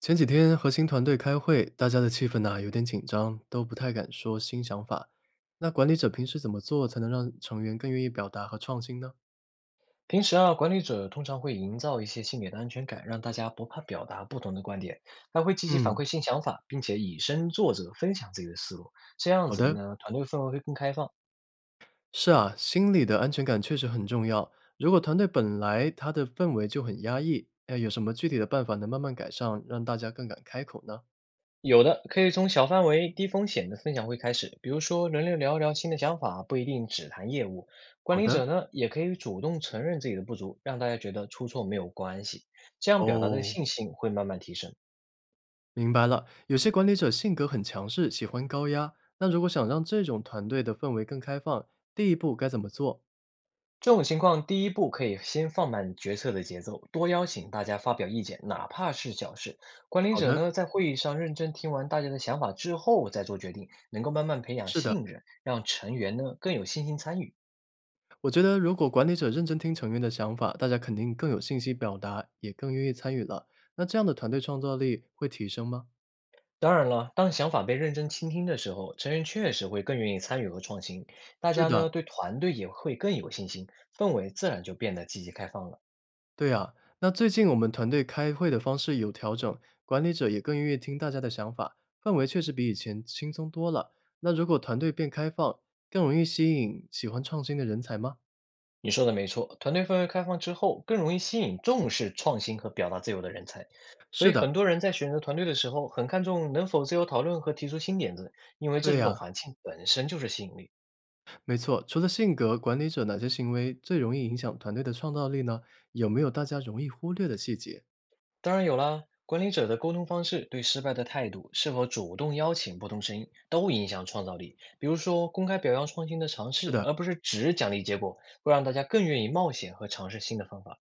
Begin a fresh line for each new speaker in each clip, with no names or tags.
前几天核心团队开会，大家的气氛呢有点紧张，都不太敢说新想法。那管理者平时怎么做才能让成员更愿意表达和创新呢？
平时啊，管理者通常会营造一些心理的安全感，让大家不怕表达不同的观点，还会积极反
嗯，
馈新想法，并且以身作则分享自己的思路。这样
好
子
的，
呢，团队氛围会更开放。
是啊，心理的安全感确实很重要。如果团队本来它的氛围就很压抑，哎，有什么具体的办法能慢慢改善，让大家更敢开口呢？
有的可以从小范围、低风险的分享会开始，比如说轮流聊一聊新的想法，不一定只谈业务。管
好
理
的，
者呢，也可以主动承认自己的不足，让大家觉得出错没有关系，这样表达的
哦，
信心会慢慢提升。
明白了，有些管理者性格很强势，喜欢高压。那如果想让这种团队的氛围更开放，第一步该怎么做？
这种情况，第一步可以先放慢决策的节奏，多邀请大家发表意见，哪怕是小事。管理
好
者
的，
呢，在会议上认真听完大家的想法之后再做决定，能够慢慢培养
是的。
信任，让成员呢更有信心参与。
我觉得，如果管理者认真听成员的想法，大家肯定更有信息表达，也更愿意参与了。那这样的团队创造力会提升吗？
当然了，当想法被认真倾听的时候，成员确实会更愿意参与和创新，大
是
家呢
的，
对团队也会更有信心，氛围自然就变得积极开放了。
对啊。那最近我们团队开会的方式有调整，管理者也更愿意听大家的想法，氛围确实比以前轻松多了。那如果团队变开放，更容易吸引喜欢创新的人才吗？
你说的没错，团队氛围开放之后，更容易吸引重视创新和表达自由的人才。所
是
以
的，
很多人在选择团队的时候，很看重能否自由讨论和提出新点子，因为
对
这种
呀，
环境本身就是吸引力。
没错。除了性格，管理者哪些行为最容易影响团队的创造力呢？有没有大家容易忽略的细节？
当然有啦，管理者的沟通方式、对失败的态度、是否主动邀请不同声音，都影响创造力。比如说，公开表扬创新的尝
是
试，
的，
而不是只奖励结果，会让大家更愿意冒险和尝试新的方法。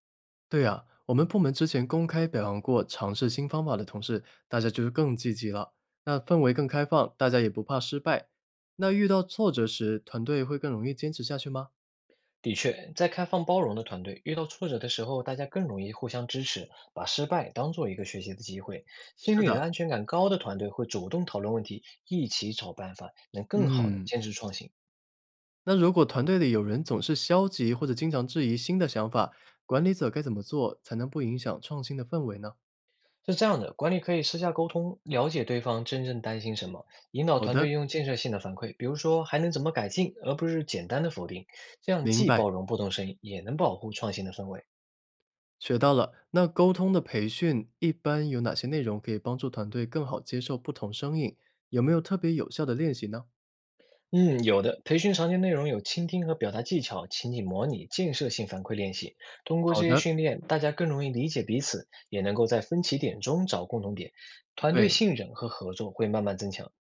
对呀，我们部门之前公开表扬过尝试新方法的同事，大家就是更积极了。那氛围更开放，大家也不怕失败。那遇到挫折时，团队会更容易坚持下去吗？
的确，在开放包容的团队，遇到挫折的时候，大家更容易互相支持，把失败当做一个学习的机会。心
是
理的
的，
安全感高的团队会主动讨论问题，一起找办法，能更好的
嗯。
坚持创新。
那如果团队里有人总是消极或者经常质疑新的想法，管理者该怎么做才能不影响创新的氛围呢？
是这样的，管理可以私下沟通，了解对方真正担心什么，引导
好
团
的，
队用建设性的反馈，比如说还能怎么改进，而不是简单的否定。这样
明
既
白，
包容不同声音，也能保护创新的氛围。
学到了。那沟通的培训一般有哪些内容可以帮助团队更好接受不同声音？有没有特别有效的练习呢？
嗯，有的。培训常见内容有倾听和表达技巧、情景模拟、建设性反馈练习。通过
好
这些
的，
训练，大家更容易理解彼此，也能够在分歧点中找共同点，团队
对，
信任和合作会慢慢增强。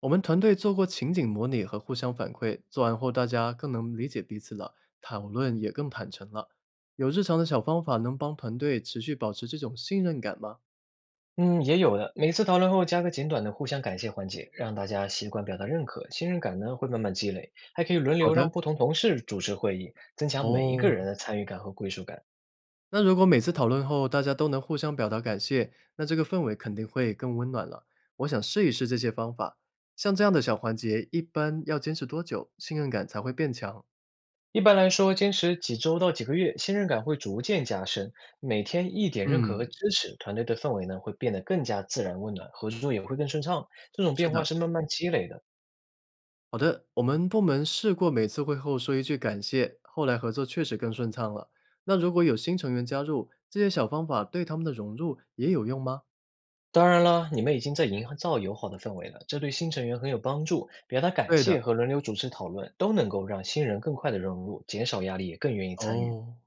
我们团队做过情景模拟和互相反馈，做完后大家更能理解彼此了，讨论也更坦诚了。有日常的小方法能帮团队持续保持这种信任感吗？
嗯，也有的。每次讨论后加个简短的互相感谢环节，让大家习惯表达认可，信任感呢会慢慢积累。还可以轮
好
流
的，
让不同同事主持会议，增强每一个
哦，
人的参与感和归属感。
那如果每次讨论后大家都能互相表达感谢，那这个氛围肯定会更温暖了。我想试一试这些方法，像这样的小环节，一般要坚持多久，信任感才会变强？
一般来说，坚持几周到几个月，信任感会逐渐加深。每天一点认可和
嗯，
支持，团队的氛围呢会变得更加自然温暖，合作也会更顺畅。这种
是
变化
的。
是慢慢积累的。
好的，我们部门试过每次会后说一句感谢，后来合作确实更顺畅了。那如果有新成员加入，这些小方法对他们的融入也有用吗？
当然了，你们已经在营造友好的氛围了，这对新成员很有帮助。表达感
对的，
谢和轮流主持讨论，都能够让新人更快的融入，减少压力，也更愿意参与。
哦，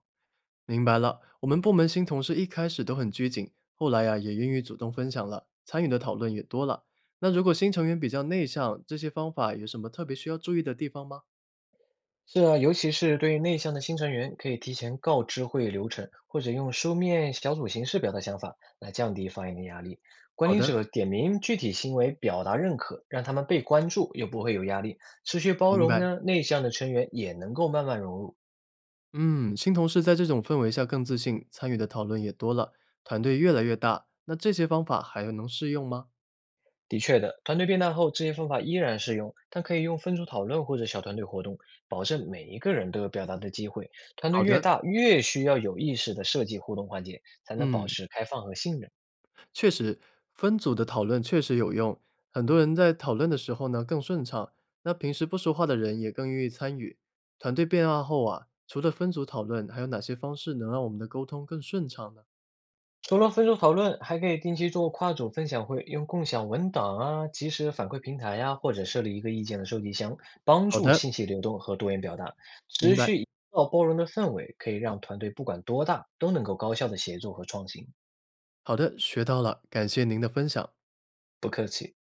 明白了。我们部门新同事一开始都很拘谨，后来呀、也愿意主动分享了，参与的讨论也多了。那如果新成员比较内向，这些方法有什么特别需要注意的地方吗？
是啊，尤其是对于内向的新成员，可以提前告知会议流程，或者用书面小组形式表达想法，来降低发言的压力。管
好
理
的，
者点名具体行为表达认可，让他们被关注又不会有压力。持续包
明
容
白。
呢，内向的成员也能够慢慢融入。
嗯，新同事在这种氛围下更自信，参与的讨论也多了，团队越来越大。那这些方法还能适用吗？
的确的，团队变大后，这些方法依然适用，但可以用分组讨论或者小团队活动，保证每一个人都有表达的机会。团队
好
越
的，
大，越需要有意识的设计互动环节，才能保
嗯，
持开放和信任。
确实，分组的讨论确实有用，很多人在讨论的时候呢更顺畅，那平时不说话的人也更愿意参与。团队变大后啊，除了分组讨论，还有哪些方式能让我们的沟通更顺畅呢？
除了分组讨论，还可以定期做跨组分享会，用共享文档啊、及时反馈平台呀、或者设立一个意见的收集箱，帮
好
助
的，
信息流动和多元表达。
明
持
白，
续营造包容的氛围，可以让团队不管多大，都能够高效的协作和创新。
好的，学到了，感谢您的分享。
不客气。